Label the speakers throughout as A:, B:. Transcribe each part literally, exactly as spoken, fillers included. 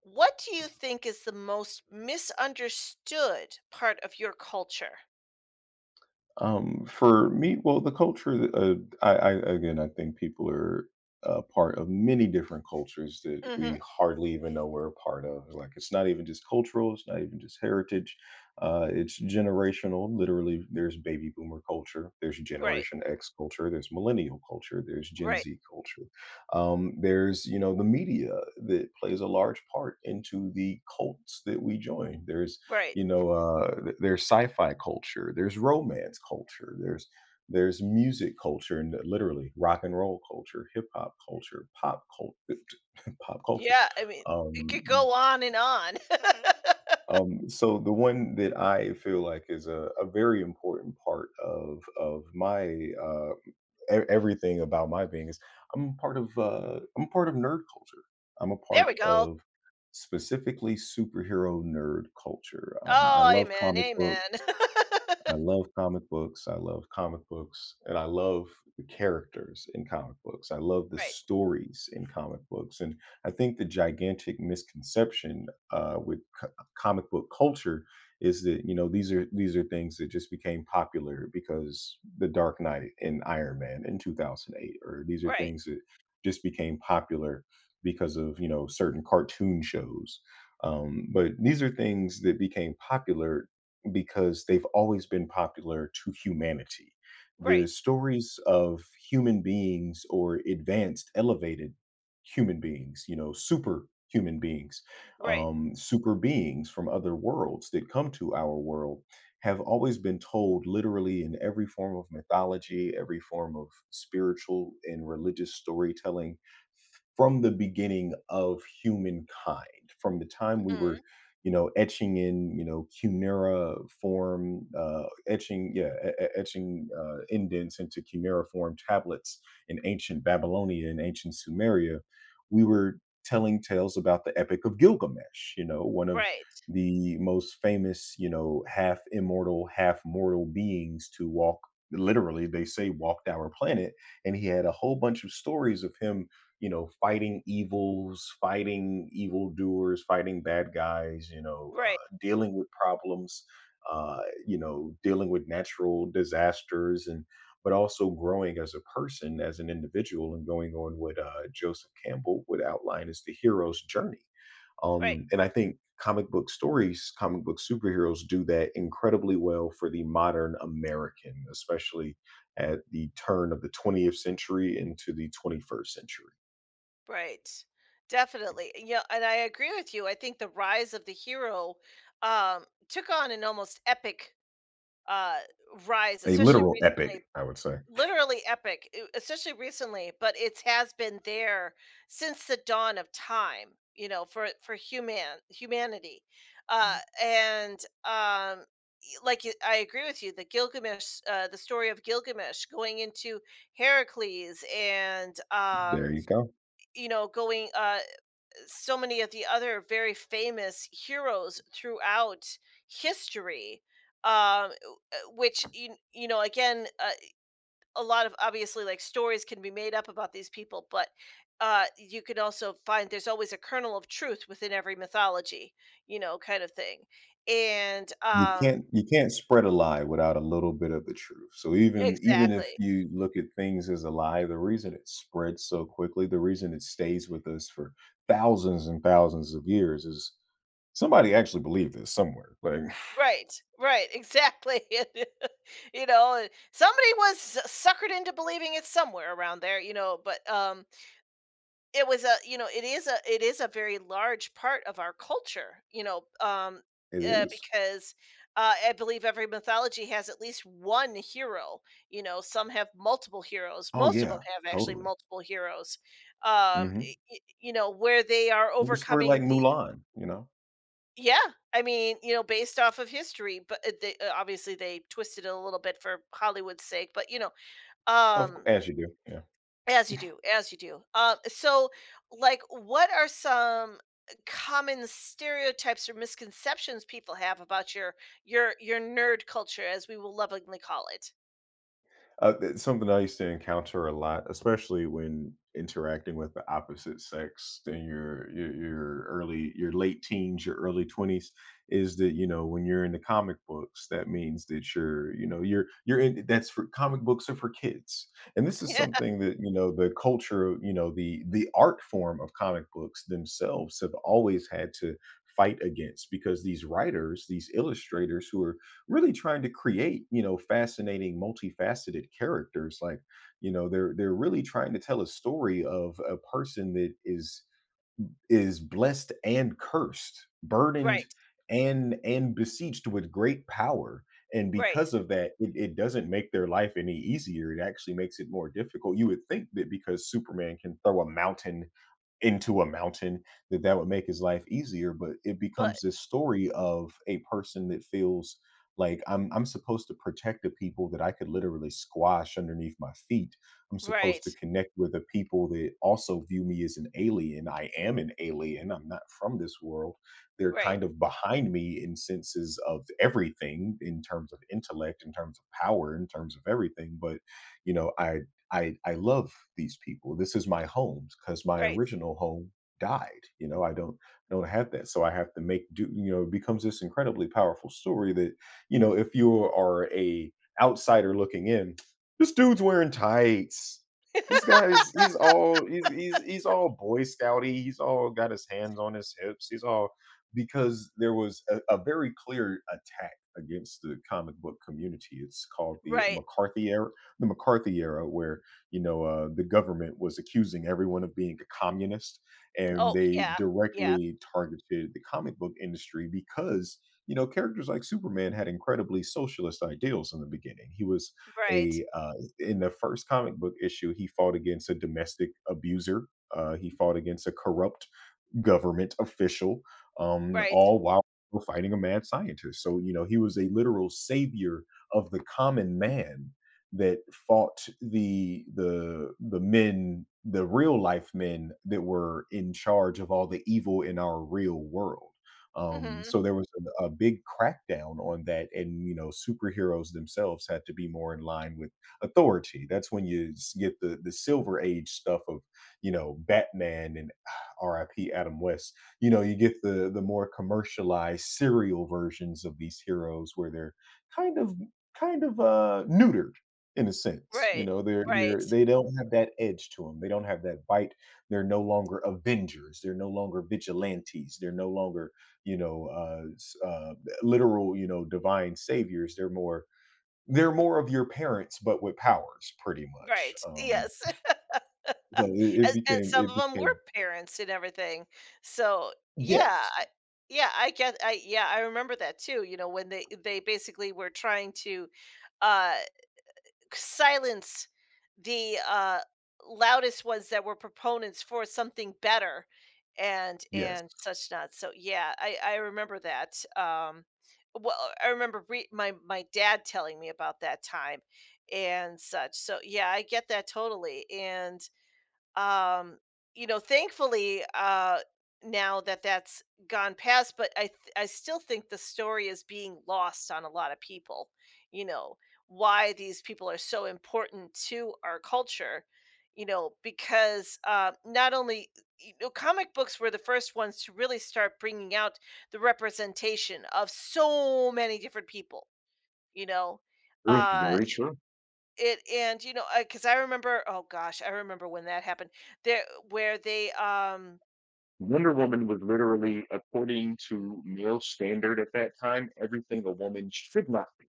A: What do you think is the most misunderstood part of your culture?
B: Um, for me, well, the culture, uh, I, I again, I think people are a part of many different cultures that
A: Mhm.
B: we hardly even know we're a part of. Like, it's not even just cultural, it's not even just heritage, uh, it's generational. Literally, there's baby boomer culture, there's
A: Right,
B: Generation X culture, there's millennial culture, there's Gen
A: right,
B: Z culture. Um, there's, you know, the media that plays a large part into the cults that we join. There's
A: right.
B: you know, uh, th- there's sci-fi culture, there's romance culture, there's there's music culture, and literally rock and roll culture, hip hop culture, pop culture, pop culture.
A: Yeah, I mean, it could
B: Um,
A: go on and on.
B: um, so the one that I feel like is a, a very important part of of my uh, e- everything about my being is I'm part of uh, I'm part of nerd culture. I'm a
A: There we
B: part
A: go.
B: of specifically superhero nerd culture. Um, I
A: Oh,
B: love
A: amen,
B: comic
A: amen.
B: books. I love comic books. I love comic books, and I love the characters in comic books. I love the
A: Right,
B: stories in comic books, and I think the gigantic misconception uh, with co- uh, comic book culture is that you know these are these are things that just became popular because The Dark Knight and Iron Man in two thousand eight, or these are
A: right,
B: things that just became popular because of you know certain cartoon shows. Um, but these are things that became popular because they've always been popular to humanity. The
A: right,
B: stories of human beings or advanced, elevated human beings, you know, super human beings,
A: right,
B: um, super beings from other worlds that come to our world have always been told literally in every form of mythology, every form of spiritual and religious storytelling from the beginning of humankind, from the time we were,
A: mhm,
B: you know, etching in, you know, cuneiform, uh, etching, yeah, e- e- etching uh, indents into cuneiform tablets in ancient Babylonia and ancient Sumeria, we were telling tales about the Epic of Gilgamesh, you know, one of
A: right,
B: the most famous, you know, half immortal, half mortal beings to walk. Literally, they say walked our planet, and he had a whole bunch of stories of him you know, fighting evils, fighting evildoers, fighting bad guys, you know,
A: right,
B: uh, dealing with problems, uh, you know, dealing with natural disasters and but also growing as a person, as an individual, and going on what uh, Joseph Campbell would outline as the hero's journey.
A: right,
B: Um, and I think comic book stories, comic book superheroes do that incredibly well for the modern American, especially at the turn of the twentieth century into the twenty-first century.
A: right. Definitely. Yeah, and I agree with you. I think the rise of the hero um, took on an almost epic uh, rise,
B: A
A: especially
B: literal
A: recently
B: epic, I would say.
A: literally epic, e especially recently, but it has been there since the dawn of time, you know, for for human humanity. Uh, and, um, y Like, you I agree with you, the Gilgamesh uh, the story of Gilgamesh going into Heracles and, um,
B: There you go.
A: you know, going, uh so many of the other very famous heroes throughout history, um, uh, which, you you know, again, uh a lot of obviously like stories can be made up about these people, but uh you can also find there's always a kernel of truth within every mythology, you know, kind of thing. And
B: You
A: um
B: can't you can't spread a lie without a little bit of the truth. So even even if
A: Exactly.
B: you look at things as a lie, the reason it spreads so quickly, the reason it stays with us for thousands and thousands of years is somebody actually believed this somewhere. Like
A: Right, right, exactly. And, you know, and somebody was suckered into believing it somewhere around there, you know but um It was a, you know, it is a, it is a very large part of our culture, you know, um,
B: it
A: uh,
B: is.
A: because, uh, I believe every mythology has at least one hero. You know, some have multiple heroes,
B: Oh
A: most of them
B: yeah,
A: have actually
B: totally.
A: multiple heroes, um, y
B: Mhm.
A: y you know, where they are
B: The story
A: overcoming
B: like
A: the
B: Mulan, you know?
A: Yeah, I mean, you know, based off of history, but, uh, they, uh, obviously they twisted it a little bit for Hollywood's sake, but, you know,
B: Of c
A: um
B: as you do.
A: as you do, as you do. Uh, so, like, what are some common stereotypes or misconceptions people have about your your your nerd culture, as we will lovingly call it?
B: Uh, it's something I used to encounter a lot, especially when interacting with the opposite sex in your your, your early your late teens, your early twenties is that you know when you're in the comic books that means that you're you know you're you're in that's for comic books are for kids and this is something that you know the culture you know the the art form of comic books themselves have always had to fight against because these writers these illustrators who are really trying to create, you know, fascinating, multifaceted characters. Like, you know, they're they're really trying to tell a story of a person that is is blessed and cursed, burdened
A: Right,
B: and and besieged with great power. And
A: right,
B: because of that, it, it doesn't make their life any easier. It actually makes it more difficult. You would think that because Superman can throw a mountain into a mountain, that that would make his life easier, but it
A: but
B: becomes this story of a person that feels like I'm I'm supposed to protect the people that I could literally squash underneath my feet. I'm supposed to
A: right,
B: connect with the people that also view me as an alien. I am an alien. I'm not from this world. They're
A: right,
B: kind of behind me in senses of everything in terms of intellect, in terms of power, in terms of everything, but you know, I I I love these people. This is my home because my
A: right,
B: original home died. You know, I don't I don't have that, so I have to make do. You know, it becomes this incredibly powerful story that you know if you are a outsider looking in, this dude's wearing tights. This guy is he's all he's he's he's all boy scouty. He's all got his hands on his hips. He's all because there was a, a very clear attack against the comic book community. It's called the
A: right.
B: McCarthy era, the McCarthy era, where you know, uh, the government was accusing everyone of being a communist, and
A: Oh
B: they
A: yeah, yeah,
B: directly targeted the comic book industry because you know characters like Superman had incredibly socialist ideals in the beginning. He was
A: right,
B: a uh, in the first comic book issue, he fought against a domestic abuser. Uh, he fought against a corrupt government official, um,
A: right,
B: all while fighting a mad scientist. So, you know, he was a literal savior of the common man that fought the the the men, the real life men that were in charge of all the evil in our real world. Um,
A: hmm
B: so there was a, a big crackdown on that, and you know, superheroes themselves had to be more in line with authority. That's when you s- get the the Silver Age stuff of you know Batman and R I P Adam West. You know, you get the the more commercialized serial versions of these heroes where they're kind of kind of uh neutered in a sense. You
A: right,
B: know, they're they're
A: right,
B: they don't have that edge to them. They don't have that bite. They're no longer avengers. They're no longer vigilantes. They're no longer, you know, uh, s- uh literal, you know, divine saviors. They're more they're more of your parents but with powers pretty much.
A: right.
B: Um
A: Yes.
B: so it, it
A: And and
B: became
A: some
B: it
A: of them were
B: became
A: parents and everything. So, yeah,
B: Yes.
A: I yeah, I get I yeah, I remember that too, you know, when they they basically were trying to, uh, silence the, uh, loudest ones that were proponents for something better and
B: Yes.
A: and such not. So, yeah, I I remember that, um, well, I remember re my my dad telling me about that time and such. So, yeah, I get that totally, and um you know, thankfully, uh now that that's gone past, but i th- i still think the story is being lost on a lot of people, you know, why these people are so important to our culture, you know, because uh not only, you know, comic books were the first ones to really start bringing out the representation of so many different people, you know,
B: That's
A: uh
B: very true.
A: it and, you know, because I remember, oh gosh, I remember when that happened. There where they, um
B: Wonder Woman was literally, according to male standard at that time, everything a woman should not be.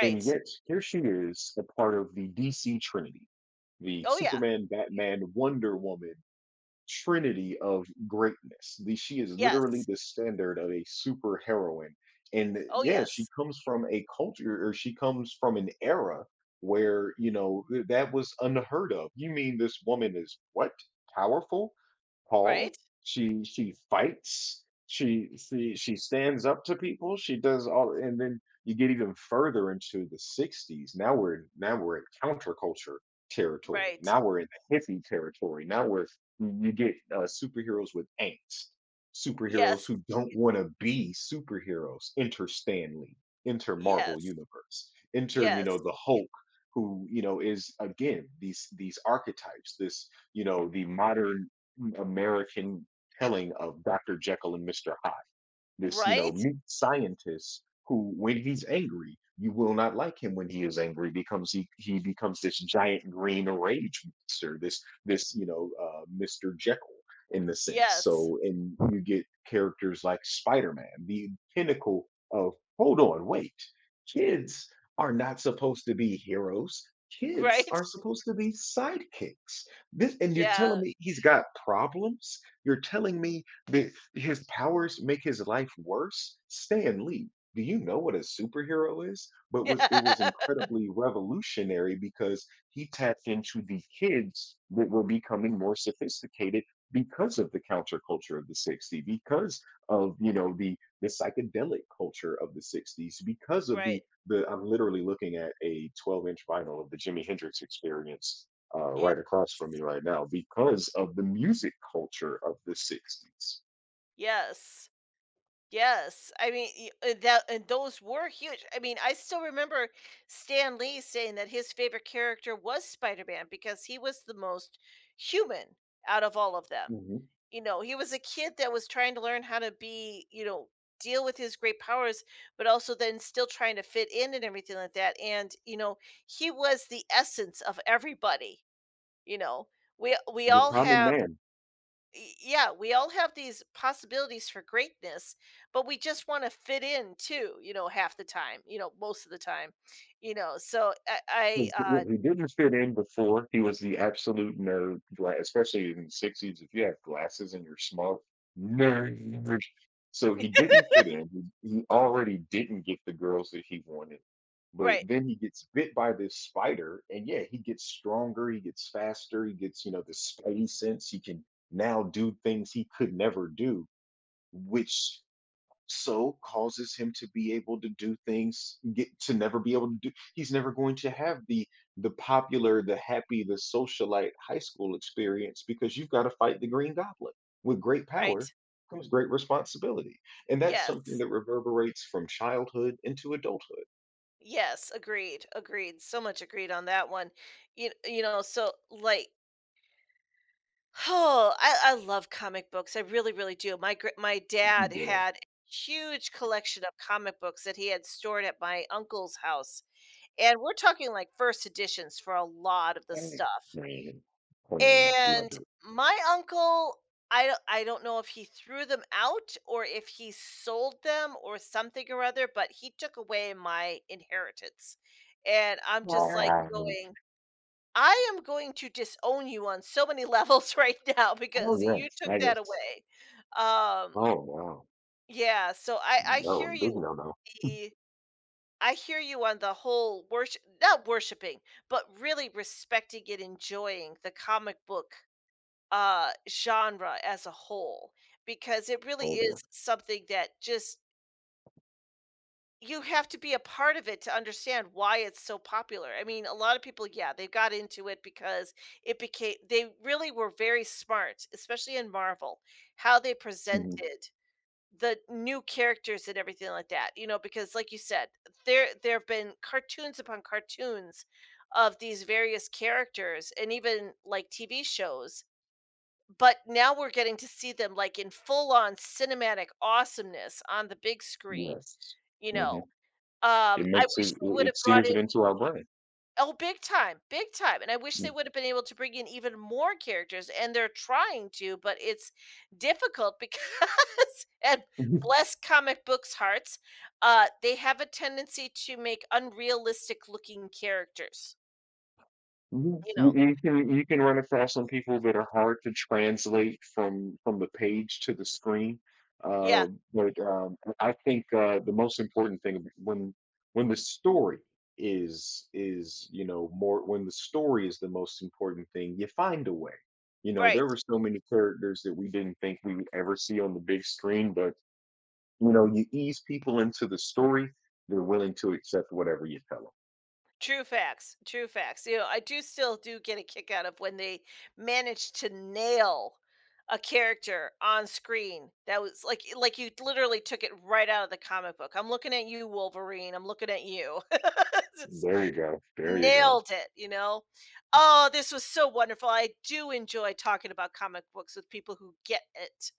B: And yet, here she is, a part of the D C Trinity, the
A: Oh, yeah.
B: Superman, Batman, Wonder Woman, trinity of greatness. The, she is literally
A: Yes.
B: the standard of a super heroine. And
A: Oh,
B: yeah, she
A: yes.
B: comes from a culture or she comes from an era where, you know, th- that was unheard of. You mean this woman is what? Powerful?
A: Right?
B: Tall. She she fights. She she she stands up to people. She does all, and then you get even further into the sixties. Now we're now we're in counterculture territory.
A: Right.
B: Now we're in the hippie territory. Now we're you get uh, superheroes with angst, superheroes
A: Yes.
B: who don't want to be superheroes. Enter Stan Lee, enter Marvel
A: Yes.
B: Universe, enter you
A: Yes.
B: know the Hulk, who you know is again these these archetypes. This you know the modern American telling of Doctor Jekyll and Mister Hyde this you know
A: Right?
B: mad scientist who when he's angry you will not like him when he is angry becomes he he becomes this giant green rage monster this this you know uh, mr jekyll in the sense
A: Yes.
B: so and you get characters like spider-man the pinnacle of hold on wait kids are not supposed to be heroes kids
A: Right?
B: are supposed to be sidekicks this and you're
A: Yeah.
B: telling me he's got problems you're telling me the, his powers make his life worse. Stan Lee, do you know what a superhero is? But was it was incredibly revolutionary because he tapped into the kids that were becoming more sophisticated because of the counterculture of the sixties, because of you know the the psychedelic culture of the sixties, because of
A: Right.
B: the the I'm literally looking at a twelve inch vinyl of the Jimi Hendrix experience uh,
A: Yeah.
B: right across from me right now because of the music culture of the sixties.
A: Yes. Yes, I mean y- uh, that, and those were huge. I mean, I still remember Stan Lee saying that his favorite character was Spider-Man because he was the most human out of all of them.
B: Mhm.
A: You know, he was a kid that was trying to learn how to be, you know, deal with his great powers, but also then still trying to fit in and everything like that. And you know, he was the essence of everybody. You know, we we
B: The
A: all
B: common
A: have
B: man.
A: y- yeah, we all have these possibilities for greatness, but we just want to fit in too, you know, half the time, you know, most of the time, you know. So I,
B: 'Cause
A: I uh,
B: If he didn't fit in before, he was the absolute nerd, gla- especially in the sixties. If you have glasses and you're smart, nerd. So he didn't fit in. He he already didn't get the girls that he wanted. But
A: right,
B: then he gets bit by this spider, and yeah, he gets stronger, he gets faster, he gets, you know, the spidey sense. He can now do things he could never do which so causes him to be able to do things get to never be able to do he's never going to have the the popular the happy the socialite high school experience because you've got to fight the green goblin with great power
A: right.
B: comes great responsibility and that's something
A: Yes.
B: that reverberates from childhood into adulthood.
A: Yes, agreed. Agreed. So much agreed on that one. You, you know, so like oh, I I love comic books. I really really do. My gr- my dad
B: Good.
A: had a huge collection of comic books that he had stored at my uncle's house. And we're talking, like, first editions for a lot of the
B: Yes,
A: stuff.
B: Queen, queen,
A: And
B: mother.
A: my uncle, I don't I don't know if he threw them out or if he sold them or something or other, but he took away my inheritance. And I'm just, like,
B: Um,
A: going, "I am going to disown you on so many levels right now
B: Oh,
A: because you
B: yes,
A: took
B: I
A: that
B: just,
A: away." Um,
B: oh, wow.
A: yeah, so I I
B: No,
A: hear you
B: big
A: on
B: no, no.
A: the I hear you on the whole worship, not worshiping, but really respecting and enjoying the comic book, uh, genre as a whole, because it really
B: Oh,
A: is
B: dear.
A: something that just you have to be a part of it to understand why it's so popular. I mean, a lot of people, yeah, they got into it because it became they really were very smart, especially in Marvel, how they
B: Mhm.
A: presented the new characters and everything like that, you know, because like you said, there there have been cartoons upon cartoons of these various characters and even like T V shows, but now we're getting to see them like in full on cinematic awesomeness on the big screen,
B: Yes.
A: you know.
B: Mhm.
A: Um,
B: It
A: I
B: makes
A: wish
B: it
A: they
B: it
A: would have
B: it
A: brought
B: sears
A: in
B: it into our brain.
A: oh, big time, big time, and I wish they would have been able to bring in even more characters, and they're trying to, but it's difficult because and
B: Mhm.
A: bless comic books' hearts, uh, they have a tendency to make unrealistic looking characters,
B: Mhm.
A: you know?
B: You you can you can run across some people that are hard to translate from from the page to the screen.
A: Yeah,
B: Uh, but um, I think uh, the most important thing when when the story is is you know more when the story is the most important thing, you find a way. You know, there
A: right.
B: were so many characters that we didn't think we would ever see on the big screen, but you know, you ease people into the story, they're willing to accept whatever you tell them.
A: True facts, true facts. You know, I do still do get a kick out of when they manage to nail a character on screen that was like like you literally took it right out of the comic book. I'm looking at you, Wolverine. I'm looking at you. Just
B: There you go. There you go.
A: nailed it, you know? Oh, this was so wonderful. I do enjoy talking about comic books with people who get it.